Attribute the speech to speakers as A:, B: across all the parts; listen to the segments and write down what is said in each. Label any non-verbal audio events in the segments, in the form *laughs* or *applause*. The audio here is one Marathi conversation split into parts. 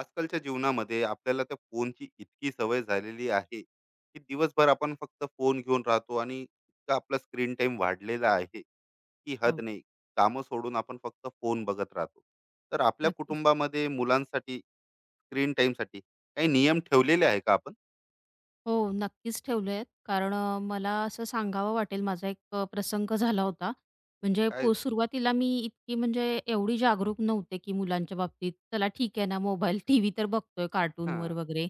A: आजकालच्या जीवनामध्ये आपल्याला त्या फोनची इतकी सवय झालेली आहे की दिवसभर आपण फक्त फोन घेऊन राहतो आणि इतका आपला स्क्रीन टाइम वाढलेला आहे की हद
B: हो,
A: नाही. कामं सोडून आपण फक्त फोन बघत राहतो. तर आपल्या
B: नक्कीच.
A: कुटुंबामध्ये मुलांसाठी स्क्रीन साठी काही नियम ठेवलेले आहे का आपण?
B: हो, नक्कीच ठेवलेत. कारण मला असं सांगावं वाटेल माझा एक प्रसंग झाला होता. म्हणजे
A: काय.
B: सुरुवातीला मी इतकी म्हणजे एवढी जागरूक नव्हते, की मुलांच्या बाबतीत चला ठीक आहे ना मोबाईल, टीव्ही तर बघतोय
A: हा.
B: कार्टूनवर वगैरे.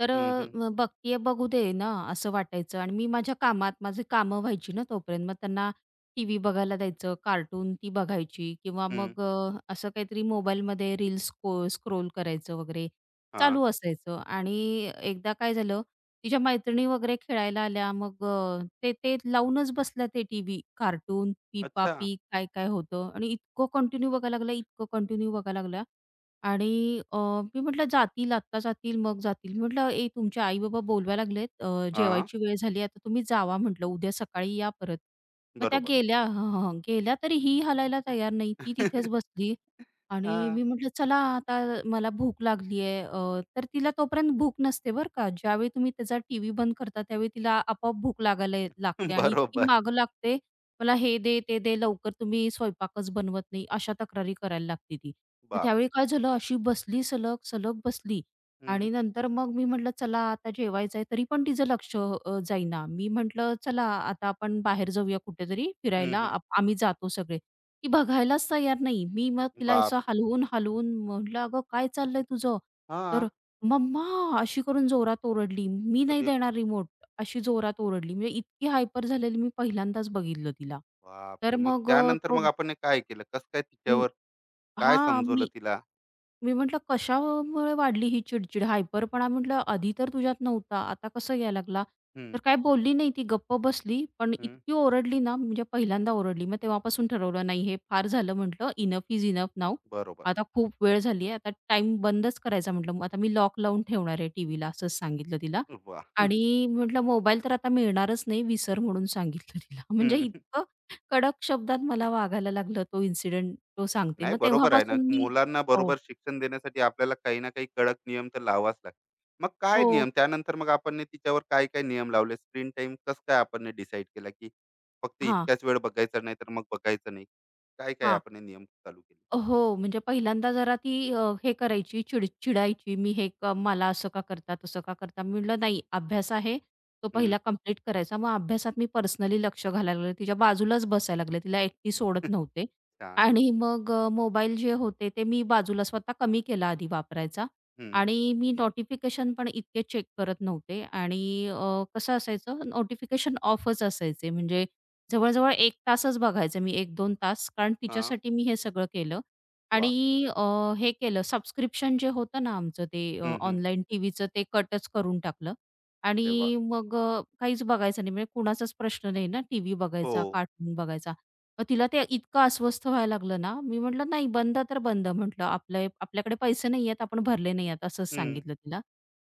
B: तर
A: हम्म,
B: अ,
A: हम्म,
B: म बघतीये बघू दे ना असं वाटायचं आणि मी माझ्या कामात माझी कामं व्हायची ना तोपर्यंत. मग त्यांना टीव्ही बघायला द्यायचं, कार्टून ती बघायची किंवा
A: हम्म.
B: मग असं काहीतरी मोबाईलमध्ये रील्स स्क्रोल करायचं वगैरे
A: हा.
B: चालू असायचं. आणि एकदा काय झालं, तिच्या मैत्रिणी वगैरे खेळायला आल्या. मग ते ते लावूनच बसल्या ते टीव्ही, कार्टून, "पीपा
A: अच्छा.
B: पी" काय-काय होतं आणि इतकं कंटिन्यू बघायला लागल्या, इतकं कंटिन्यू बघायला लागल्या. आणि अ, मी म्हटलं, "जातील, आत्ता जातील, मग जातील." मी म्हटलं, "ए, तुमचे आई-बाबा बोलवायला लागलेत,
A: हा.
B: जेवायची वेळ झाली, आता तुम्ही जावा," म्हटलं, "उद्या सकाळी या परत." मग त्या
A: बरोबर.
B: गेल्या. हं, हं, हं. गेल्या तरी ही हलायला तयार नाही. ती तिथेच
A: *laughs*
B: बसली. आणि
A: हा.
B: मी म्हटलं, "चला आता मला भूक लागली आहे." तर तिला तोपर्यंत भूक नसते बरं का. ज्यावेळी तुम्ही त्याचा टीव्ही बंद करता, त्यावेळी तिला आपोआप भूक लागायला लागते आणि इतकी
A: बरोबर.
B: मागं लागते, "मला हे दे, ते दे, लवकर तुम्ही स्वयंपाकच बनवत नाही." अशा तक्रारी करायला लागते ती. मग त्यावेळी
A: बापरे.
B: काय झालं, अशी बसली सलग, सलग बसली
A: हम्म,
B: आणि नंतर मग मी म्हटलं, "चला आता जेवायचं आहे." तरी पण तिचं लक्ष जाईना. मी म्हटलं, "चला आता आपण बाहेर जाऊया कुठेतरी
A: हम्म,
B: फिरायला.
A: हम्म.
B: आम्ही जातो सगळे." ती बघायलाच तयार नाही. मी मग तिला असं
A: बापरे.
B: हलवून, हलवून म्हटलं, "अगं काय चाललंय तुझं?"
A: हा.
B: तर "मम्मा" अशी करून जोरात ओरडली. "मी नाही
A: अरे.
B: देणार रिमोट" अशी जोरात ओरडली. म्हणजे इतकी हायपर झालेली मी पहिल्यांदाच बघितलं तिला. तर
A: बापरे! मग
B: मग अ,
A: त्यानंतर
B: तो
A: मग आपण हे काय केलं? कसं काय तिच्यावर काय
B: हां,
A: समजवलं
B: मी
A: तिला?
B: मी म्हटलं, "कशामुळे वाढली ही चिडचिड? हायपरपणा म्हटलं आधी तर तुझ्यात नव्हता, आता कसं यायला लागला?"
A: हं,
B: तर काय बोलली नाही ती, गप्प बसली. पण
A: हं.
B: इतकी ओरडली ना, म्हणजे पहिल्यांदा ओरडली. मग तेव्हापासून ठरवलं, "नाही, हे फार झालं," म्हटलं, "इनफ इज इनफ नाऊ.
A: बरोबर.
B: आता खूप वेळ झाली आहे. आता टाईम बंदच करायचा," म्हटलं. "मग आता मी लॉक लावून ठेवणार आहे टीव्हीला," असंच सांगितलं तिला.
A: वाह!
B: आणि म्हटलं, "मोबाईल तर आता मिळणारच नाही, विसर," म्हणून सांगितलं तिला. *laughs* म्हणजे
A: हं.
B: इतकं कडक शब्दात मला
A: *laughs*
B: वागायला लागलं. तो इन्सिडेंट तो सांगते.
A: नाही,
B: मग
A: बरोबर आहे ना.
B: तेव्हापासून मी.
A: मुलांना
B: हो,
A: बरोबर शिक्षण देण्यासाठी आपल्याला काही ना काही कडक नियम तर लावावाच लागतात. मग काय
B: हो.
A: नियम? त्यानंतर मग आपण ने तिच्यावर काय-काय नियम लावले? स्क्रीन टाईम कसं काय आपण डिसाईड केला, की फक्त
B: हा,
A: इतक्याच वेळ बघायचं, नाही तर मग बघायचं नाही. काय-काय
B: हा.
A: आपण हे नियम चालू केले?
B: हो, म्हणजे पहिल्यांदा जरा ती हे करायची, चिडायची. मी हे क मला असं का करता, तसं का करता? मी म्हटलं, "नाही, अभ्यास आहे, तो
A: हं.
B: पहिला कंप्लीट करायचा." मग अभ्यासात मी पर्सनली लक्ष घालायला लागले. तिच्या बाजूलाच बसायला लागले. तिला एकटी सोडत
A: *laughs*
B: नव्हते.
A: छान.
B: आणि मग मोबाईल जे होते ते मी बाजूला स्वतः कमी केला आधी वापरायचा.
A: हं.
B: आणि मी नोटिफिकेशन पण इतके चेक करत नव्हते. आणि कसं असायचं, नोटिफिकेशन ऑफच असायचे. म्हणजे जवळ-जवळ 1 तासच बघायचे मी, 1-2 तास. कारण
A: हां.
B: तिच्यासाठी मी हे सगळं केलं. आणि
A: वाह!
B: अ, हे केलं, सबस्क्रिप्शन जे होतं ना आमचं ते
A: हं, हं.
B: ऑनलाईन टीव्हीचं, ते कटच करून टाकलं.
A: अरे वाह!
B: आणि मग काहीच बघायचं नाही म्हणजे कुणाचाच प्रश्न नाही ना टीव्ही
A: हो.
B: बघायचा, कार्टून बघायचा. मग तिला ते इतकं अस्वस्थ व्हायला लागलं ना, मी म्हटलं, "नाही, बंद तर बंद," म्हटलं, "आपले आपल्याकडे पैसे नाही आहेत, आपण भरले नाही आहेत," असंच
A: हं.
B: सांगितलं तिला.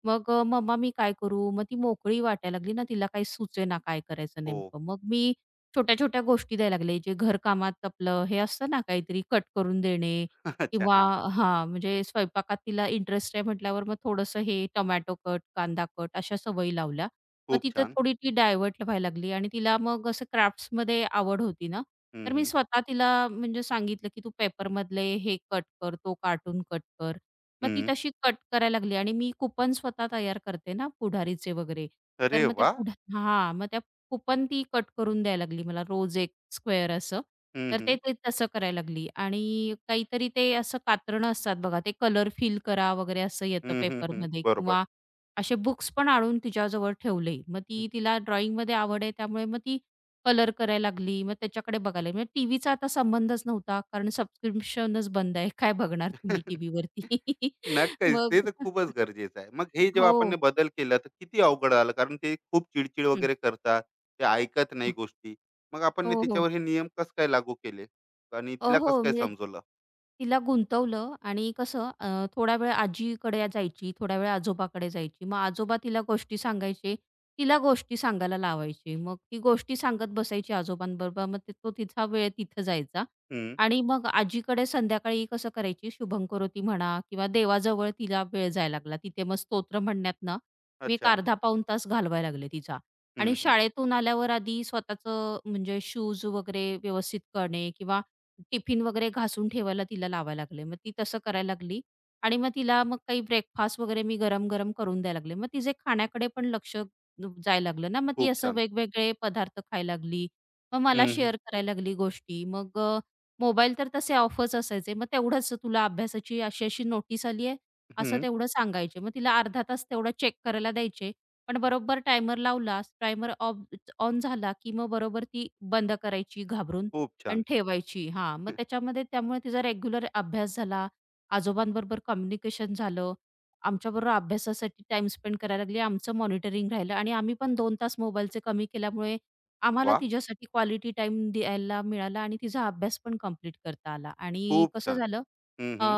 B: मग "मम्मा, मी काय करू?" मग ती मोकळी वाटायला लागली ना, तिला काही सुचेना काय करायचं
A: हो.
B: नेमकं. मग मी छोट्या-छोट्या गोष्टी द्यायला लागले, जे घरकामात आपलं हे असतं ना, काहीतरी कट करून देणे
A: *laughs* अच्छा.
B: किंवा
A: हां.
B: हां, म्हणजे स्वयंपाकात तिला इंटरेस्ट आहे म्हटल्यावर मग थोडंसं हे टोमॅटो कट, कांदा कट अशा सवयी लावल्या. मग
A: खूप
B: तिथं
A: छान.
B: थोडी ती डायव्हर्ट व्हायला लागली आणि तिला मग असं क्राफ्ट्समध्ये आवड होती ना,
A: हं,
B: तर मी
A: हं.
B: स्वतः तिला म्हणजे सांगितलं, की "तू पेपरमधले हे कट कर, तो कार्टून कट कर." मग ती
A: हं.
B: तशी कट करायला लागली आणि मी कुपन स्वतः तयार करते ना पुढारीचे वगैरे, तर
A: अरे
B: मग त्या
A: वा.
B: पुढा हां, मग त्या कुपन ती कट करून द्यायला लागली मला रोज 1 स्क्वेअर असं.
A: हं,
B: तर ते
A: हं.
B: ते तसं करायला लागली आणि काहीतरी ते असं कातरणं असतात बघा, ते कलर फिल करा वगैरे असं येतं
A: हं, हं, हं.
B: पेपरमध्ये
A: बरोबर.
B: किंवा असे बुक्स पण आणून तिच्याजवळ ठेवले. मग
A: हम्म.
B: ती तिला ड्रॉइंगमध्ये आवड आहे, त्यामुळे मग ती कलर करायला लागली. मग त्याच्याकडे बघायला म्हणजे टीव्हीचा आता संबंधच नव्हता कारण सबस्क्रिप्शनच बंद आहे. काय बघणार तुम्ही
A: *laughs*
B: टीव्हीवरती? *laughs*
A: नक्कीच. ते
B: मग
A: तर खूपच गरजेचं आहे. मग हे जेव्हा आपण ने
B: हो.
A: बदल केला तर किती अवघड झालं, कारण ते खूप चिडचिड
B: हं.
A: वगैरे करतात. ते ऐकत नाही गोष्टी. मग आपण
B: हो, हो.
A: तिच्यावर हे नियम कसं काय लागू केले? आणि तिला कसं
B: हो,
A: काय
B: म्हणजे
A: समजवलं?
B: तिला गुंतवलं. आणि कसं थोडा वेळ आजीकडे जायची, थोडा वेळ आजोबाकडे जायची. मग आजोबा तिला गोष्टी सांगायचे, तिला गोष्टी सांगायला लावायचे. मग ती गोष्टी सांगत बसायची आजोबांबरोबर. मग तो तिचा वेळ तिथं जायचा
A: हं.
B: आणि मग आजीकडे संध्याकाळी कसं करायची शुभंकरोती म्हणा किंवा देवाजवळ तिला वेळ जायला लागला. तिथे मग स्तोत्र म्हणण्यात ना मी एक
A: अच्छा.
B: 1/2-3/4 तास घालवायला लागले तिचा.
A: हं,
B: आणि
A: हं.
B: शाळेतून आल्यावर आधी स्वतःचं म्हणजे शूज वगैरे व्यवस्थित करणे किंवा टिफिन वगैरे घासून ठेवायला तिला लावायला लागले. मग ती तसं करायला लागली आणि मग तिला मग काही ब्रेकफास्ट वगैरे मी गरम-गरम करून द्यायला लागले. मग तिचे खाण्याकडे पण लक्ष जायला लागलं ना, मग ती
A: खूप
B: असं
A: छान.
B: वेगवेगळे पदार्थ खायला लागली. मग मला
A: हं, हं.
B: शेअर करायला लागली गोष्टी. मग मोबाईल तर तसे ऑफच असायचे. मग तेवढंच तुला अभ्यासाची अशी-अशी नोटीस आली आहे, असं तेवढं सांगायचे. मग तिला 1/2 तास तेवढा चेक करायला द्यायचे. पण बरोबर टायमर लावला, टायमर ऑफ ऑन झाला, की मग बरोबर ती बंद करायची घाबरून
A: खूप
B: आणि
A: छान.
B: ठेवायची. हां, मग त्याच्यामध्ये त्यामुळे तिचा रेग्युलर अभ्यास झाला, आजोबांबरोबर कम्युनिकेशन झालं, आमच्याबरोबर अभ्यासासाठी टाईम स्पेंड करायला लागली, आमचं मॉनिटरिंग राहिलं आणि आम्ही पण 2 तास मोबाईलचे कमी केल्यामुळे आम्हाला
A: वाह!
B: तिच्यासाठी क्वालिटी टाईम द्यायला मिळाला आणि तिचा अभ्यास पण कंप्लीट करता आला. आणि
A: खूप
B: कसं
A: छान.
B: झालं,
A: हं, हं.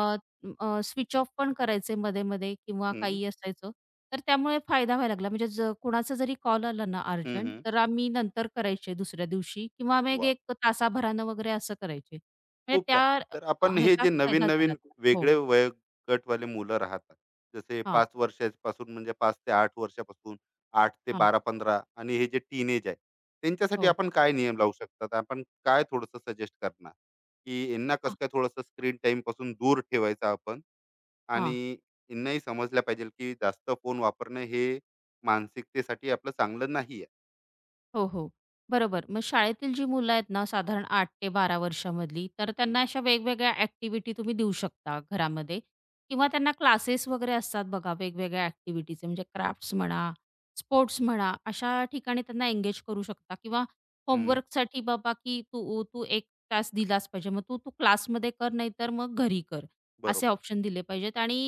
B: स्विच ऑफ पण करायचे मध्ये-मध्ये किंवा
A: हं.
B: काही असायचं. तर त्यामुळे फायदा व्हायला लागला. म्हणजे कोणाचा जरी कॉल आला ना
A: हं,
B: अर्जंट,
A: हं.
B: तर आम्ही नंतर करायचे दुसऱ्या दिवशी किंवा मग एक
A: वाह!
B: एक तासाभरानं वगैरे असं करायचे. म्हणजे
A: खूप
B: त्या
A: छान. तर आपण हे
B: ह्याचा
A: जे
B: फायदा झाला
A: नवीन-नवीन
B: त्याला. हो.
A: वेगळे वयोगटवाले मुलं राहतात. जसे
B: हां,
A: 5 वर्षापासून म्हणजे 5 ते 8 वर्षापासून, 8 ते
B: हां.
A: 12-15 आणि हे जे टीनेज आहे. त्यांच्यासाठी
B: हो.
A: आपण काय नियम लावू शकतात? आपण काय थोडंसं सजेस्ट करणार? की यांना कसं
B: हां.
A: काय थोडंसं स्क्रीन टाईमपासून दूर ठेवायचं आपण?
B: हां.
A: आणि यांनाही समजलं पाहिजे की जास्त फोन वापरणं हे मानसिकतेसाठी आपलं चांगलं नाही आहे.
B: हो, हो. बरोबर. मग शाळेतील जी मुलं आहेत ना, साधारण 8 ते 12 वर्षामधली, तर
A: हं,
B: त्यांना अशा वेगवेगळ्या ॲक्टिव्हिटी तुम्ही देऊ शकता घरामध्ये किंवा त्यांना क्लासेस वगैरे असतात बघा वेगवेगळ्या ॲक्टिव्हिटीचे म्हणजे क्राफ्ट्स म्हणा, स्पोर्ट्स म्हणा, अशा ठिकाणी त्यांना एंगेज करू शकता किंवा
A: हं.
B: होमवर्कसाठी बाबा, की तू तू 1 तास दिलाच पाहिजे. मग तू तू क्लासमध्ये कर, नाहीतर मग घरी कर, असे
A: बरोबर.
B: ऑप्शन दिले पाहिजेत. आणि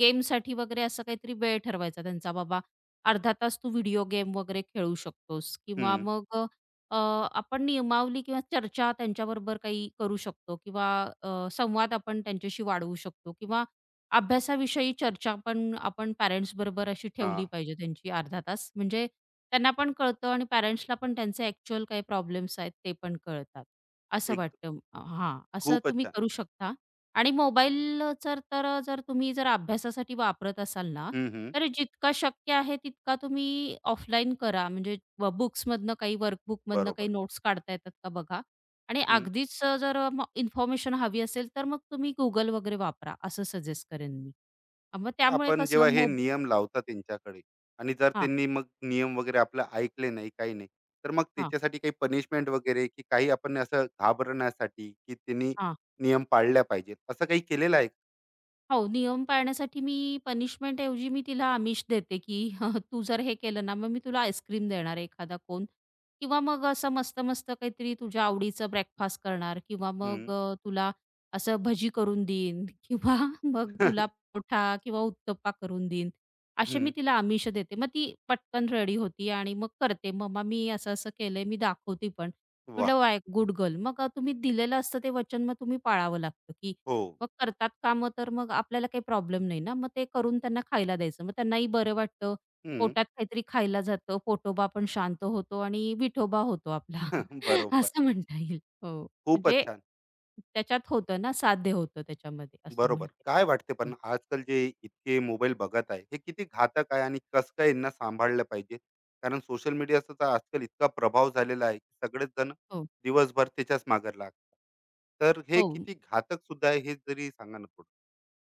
B: गेमसाठी वगैरे असं काहीतरी वेळ ठरवायचा त्यांचा, बाबा 1/2 तास तू व्हिडिओ गेम वगैरे खेळू शकतोस किंवा
A: हं.
B: मग अ, अ, आपण नियमावली किंवा चर्चा त्यांच्याबरोबर काही करू शकतो किंवा संवाद आपण त्यांच्याशी वाढवू शकतो किंवा अभ्यासाविषयी चर्चा पण आपण पॅरेंट्स बरोबर अशी ठेवली
A: हां.
B: पाहिजे त्यांची 1/2 तास म्हणजे त्यांना पण कळतं आणि पॅरेंट्सला पण त्यांचे ॲक्च्युअल काही प्रॉब्लेम्स आहेत ते पण कळतात. असं
A: एक
B: वाटतं. हां, असं
A: खूपच
B: तुम्ही
A: छान.
B: करू शकता. आणि मोबाईल जर तुम्ही अभ्यासासाठी वापरत असाल ना,
A: हं, हं.
B: तर जितका शक्य आहे तितका तुम्ही ऑफलाईन करा. म्हणजे बुक्समधनं काही वर्कबुकमधनं काही
A: बरोबर.
B: नोट्स काढता येतात का बघा. आणि अगदीच जर अ, म इन्फॉर्मेशन हवी असेल, तर मग तुम्ही Google वगैरे वापरा असं सजेस्ट करेन मी. मग त्यामुळे
A: आपण
B: कसं
A: जेव्हा हे नियम लावता त्यांच्याकडे आणि जर
B: हां,
A: त्यांनी मग नियम वगैरे आपलं ऐकले नाही, काही नाही, तर मग
B: हां,
A: त्याच्यासाठी काही पनिशमेंट वगैरे की काही आपण असं घाबरण्यासाठी की त्यांनी
B: हां.
A: नियम पाळल्या पाहिजेत असं काही केलेलं आहे का?
B: हो, नियम पाळण्यासाठी मी पनिशमेंट ऐवजी मी तिला आमिष देते, की *laughs* तू जर हे केलं ना, मग मी तुला आईस्क्रीम देणार आहे एखादा कोन किंवा मग असं मस्त-मस्त काहीतरी तुझ्या आवडीचं ब्रेकफास्ट करणार किंवा
A: हम्म.
B: मग तुला असं भजी करून देईन *laughs* किंवा मग तुला
A: *laughs*
B: परोठा किंवा उत्तप्पा करून देईन. असे
A: हम्म.
B: मी तिला आमिष देते. मग ती पटकन रेडी होती आणि मग करते, "मम्मा, मी असं-असं केलंय." मी दाखवते पण.
A: वा.
B: म्हटलं, "वाह! Good girl." मग तुम्ही दिलेलं असतं ते वचन मग तुम्ही पाळावं लागतं, की
A: हो.
B: मग करतात कामं तर मग आपल्याला काही प्रॉब्लेम नाही ना. मग ते करून त्यांना खायला द्यायचं. मग त्यांनाही बरं वाटतं.
A: हम्म.
B: पोटात काहीतरी खायला जातं. पोटोबा पण शांत होतो आणि विठोबा होतो आपला
A: *laughs*
B: *laughs*
A: बरोबर.
B: असं म्हणता येईल. हो.
A: खूपच
B: म्हणजे
A: छान.
B: त्याच्यात होतं ना, साध्य होतं त्याच्यामध्ये, असं
A: बरोबर.
B: म्हणते.
A: काय वाटते पण आजकाल जे इतके मोबाईल बघत आहे, हे किती घातक आहे आणि कसं काय यांना सांभाळलं पाहिजे? कारण सोशल मीडियाचा तर आजकाल इतका प्रभाव झालेला आहे, की सगळेच जण
B: हो.
A: दिवसभर त्याच्याच मागे लागतात. तर हे
B: हो.
A: किती घातक सुद्धा आहे हे जरी सांगा ना थोडं?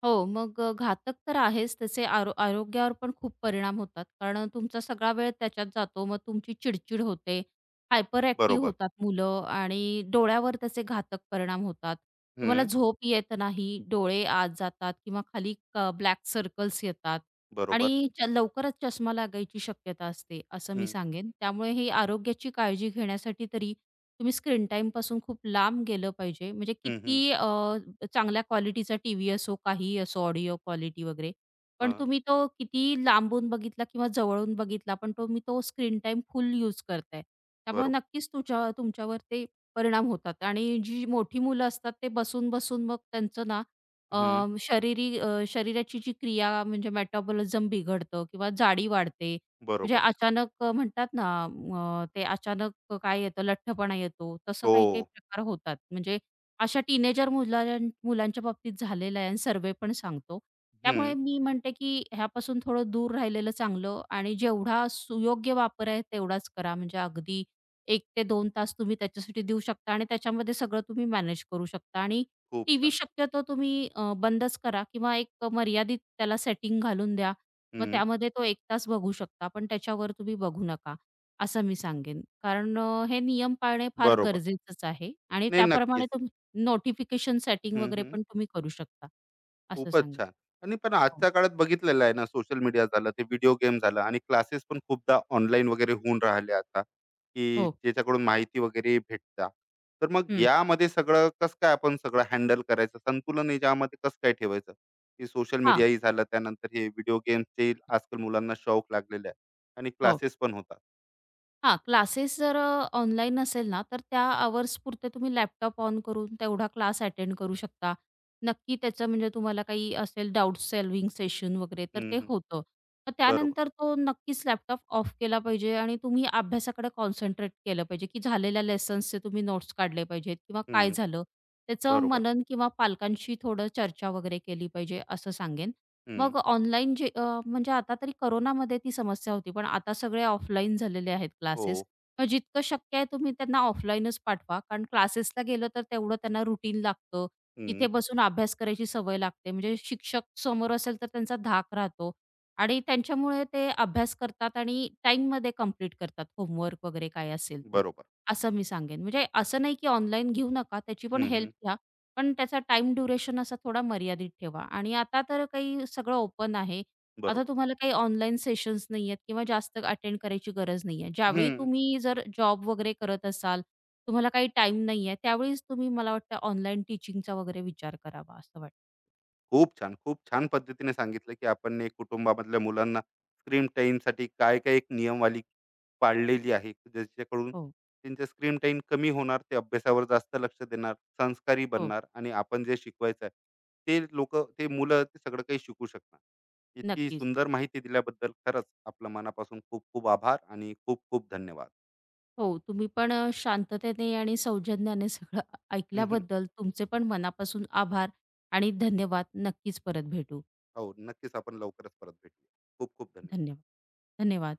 B: हो, मग घातक तर आहेच. त्याचे आरोग्यावर पण खूप परिणाम होतात. कारण तुमचा सगळा वेळ त्याच्यात जातो. मग तुमची चिडचिड होते, हायपर ॲक्टिव्ह
A: बरोबर.
B: होतात मुलं आणि डोळ्यावर त्याचे घातक परिणाम होतात. तुम्हाला
A: हं.
B: झोप येत नाही, डोळे आत जातात किंवा खाली ब्लॅक सर्कल्स येतात
A: बरोबर.
B: आणि लवकरच चष्मा लागायची शक्यता असते, असं मी
A: हं.
B: सांगेन. त्यामुळे ही आरोग्याची काळजी घेण्यासाठी तरी तुम्ही स्क्रीन टाईमपासून खूप लांब गेलं पाहिजे. म्हणजे
A: हं, हं.
B: किती चांगल्या क्वालिटीचा टीव्ही असो, काहीही असो, ऑडिओ क्वालिटी वगैरे, पण
A: हां.
B: तुम्ही तो कितीही लांबून बघितला किंवा जवळून बघितला, पण तुम्ही तो स्क्रीन टाईम फुल यूज करताय. त्यामुळे
A: बरोबर.
B: नक्कीच तुमच्यावर ते परिणाम होतात. आणि जी मोठी मुलं असतात ते बसून-बसून मग त्यांचं ना अ,
A: हं.
B: शरीराची जी क्रिया म्हणजे मेटाबॉलिझम बिघडतं किंवा जाडी वाढते. म्हणजे
A: बरोबर.
B: अचानक म्हणतात ना ते अचानक काय येतं, लठ्ठपणा येतो. तसं
A: हो.
B: काही-काही प्रकार होतात. म्हणजे अशा टीनेजर मुलांच्या बाबतीत झालेला आहे आणि सर्व्हे पण सांगतो. त्यामुळे
A: हं.
B: मी म्हणते, की ह्यापासून थोडं दूर राहिलेलं चांगलं आणि जेवढा सुयोग्य वापर आहे तेवढाच करा. म्हणजे अगदी एक ते 2 तास तुम्ही त्याच्यासाठी देऊ शकता आणि त्याच्यामध्ये सगळं तुम्ही मॅनेज करू शकता. आणि
A: खूप
B: टीव्ही
A: छान.
B: शक्यतो तुम्ही बंदच करा किंवा एक मर्यादित त्याला सेटिंग घालून द्या. मग
A: हं.
B: त्यामध्ये तो 1 तास बघू शकता, पण त्याच्यावर तुम्ही बघू नका, असं मी सांगेन. कारण हे नियम पाळणे फार
A: बरोबर.
B: गरजेचंच आहे. आणि
A: नाही,
B: त्याप्रमाणे
A: नक्कीच.
B: नोटिफिकेशन सेटिंग
A: हं,
B: वगैरे
A: हं.
B: पण तुम्ही करू शकता, असं
A: खूपच
B: सांगेन.
A: छान. आणि पण
B: हो.
A: आजच्या काळात बघितलेलं आहे ना, सोशल मीडिया झालं, ते व्हिडिओ गेम झालं आणि क्लासेस पण खूपदा ऑनलाईन वगैरे होऊन राहिले आता, की
B: हो.
A: ज्याच्याकडून माहिती वगैरे भेटता. तर मग
B: हं.
A: यामध्ये सगळं कसं काय आपण सगळं हँडल करायचं? संतुलन हे ज्यामध्ये कसं काय ठेवायचं? की सोशल
B: हां.
A: मीडियाही झालं, त्यानंतर हे व्हिडिओ गेम्सचे आजकाल मुलांना शौक लागलेले आहे आणि
B: हो.
A: क्लासेस पण होतात.
B: हां, क्लासेस जर ऑनलाईन असेल ना, तर त्या अवर्सपुरते तुम्ही लॅपटॉप ऑन करून तेवढा क्लास अटेंड करू शकता. नक्की त्याचं म्हणजे तुम्हाला काही असेल डाउट सॉल्व्हिंग सेशन वगैरे तर
A: हं,
B: ते
A: हं.
B: होतं. मग
A: बरोबर.
B: त्यानंतर तो नक्कीच लॅपटॉप ऑफ केला पाहिजे आणि तुम्ही अभ्यासाकडे कॉन्सन्ट्रेट केलं पाहिजे, की झालेल्या लेसन्सचे तुम्ही नोट्स काढले पाहिजेत किंवा काय
A: हं.
B: झालं त्याचं
A: बरोबर.
B: मनन किंवा पालकांशी थोडं चर्चा वगैरे केली पाहिजे, असं सांगेन.
A: हं.
B: मग ऑनलाईन जे म्हणजे आता तरी कोरोनामध्ये ती समस्या होती, पण आता सगळे ऑफलाईन झालेले आहेत
A: हो.
B: क्लासेस. मग जितकं शक्य आहे तुम्ही त्यांना ऑफलाईनच पाठवा, कारण क्लासेसला गेलं तर तेवढं त्यांना रुटीन लागतं. तिथे
A: हं.
B: बसून अभ्यास करायची सवय लागते. म्हणजे शिक्षक समोर असेल तर त्यांचा धाक राहतो आणि त्यांच्यामुळे ते अभ्यास करतात आणि टाईममध्ये कंप्लीट करतात होमवर्क वगैरे काय असेल तो,
A: बरोबर.
B: असं मी सांगेन. म्हणजे असं नाही की ऑनलाईन घेऊ नका, त्याची पण
A: हं, हं.
B: हेल्प घ्या. पण त्याचा टाईम ड्युरेशन असा थोडा मर्यादित ठेवा. आणि आता तर काही सगळं ओपन आहे. आता
A: बरोबर.
B: तुम्हाला काही ऑनलाईन सेशन्स नाहीयेत किंवा जास्त अटेंड करायची गरज नाहीये. ज्यावेळी
A: हं.
B: तुम्ही जर जॉब वगैरे करत असाल, तुम्हाला काही टाईम नाहीये, त्यावेळीच तुम्ही मला वाटतं ऑनलाईन टीचिंगचा वगैरे विचार करावा असं वाटतं.
A: खूप छान, खूप छान पद्धतीने सांगितलं, की आपण एक कुटुंबामधल्या मुलांना स्क्रीन टाईमसाठी काय-काय एक नियमवाली पाळलेली आहे, ज्याच्याकडून
B: हो,
A: त्यांचा स्क्रीन टाईम कमी होणार, ते अभ्यासावर जास्त लक्ष देणार, संस्कारी
B: हो.
A: बनणार आणि आपण जे शिकवायचं आहे, ते लोकं, ते मुलं ते सगळं काही शिकू शकणार. इतकी
B: नक्कीच.
A: सुंदर माहिती दिल्याबद्दल खरंच आपल्या मनापासून खूप-खूप आभार आणि खूप-खूप धन्यवाद.
B: हो, तुम्ही पण शांततेने आणि सौजन्याने सगळं
A: *laughs*
B: ऐकल्याबद्दल तुमचे पण मनापासून आभार आणि धन्यवाद. नक्कीच परत भेटू.
A: हो, नक्कीच आपण लवकरच परत भेटू. खूप-खूप धन्यवाद.
B: धन्यवाद. धन्यवाद.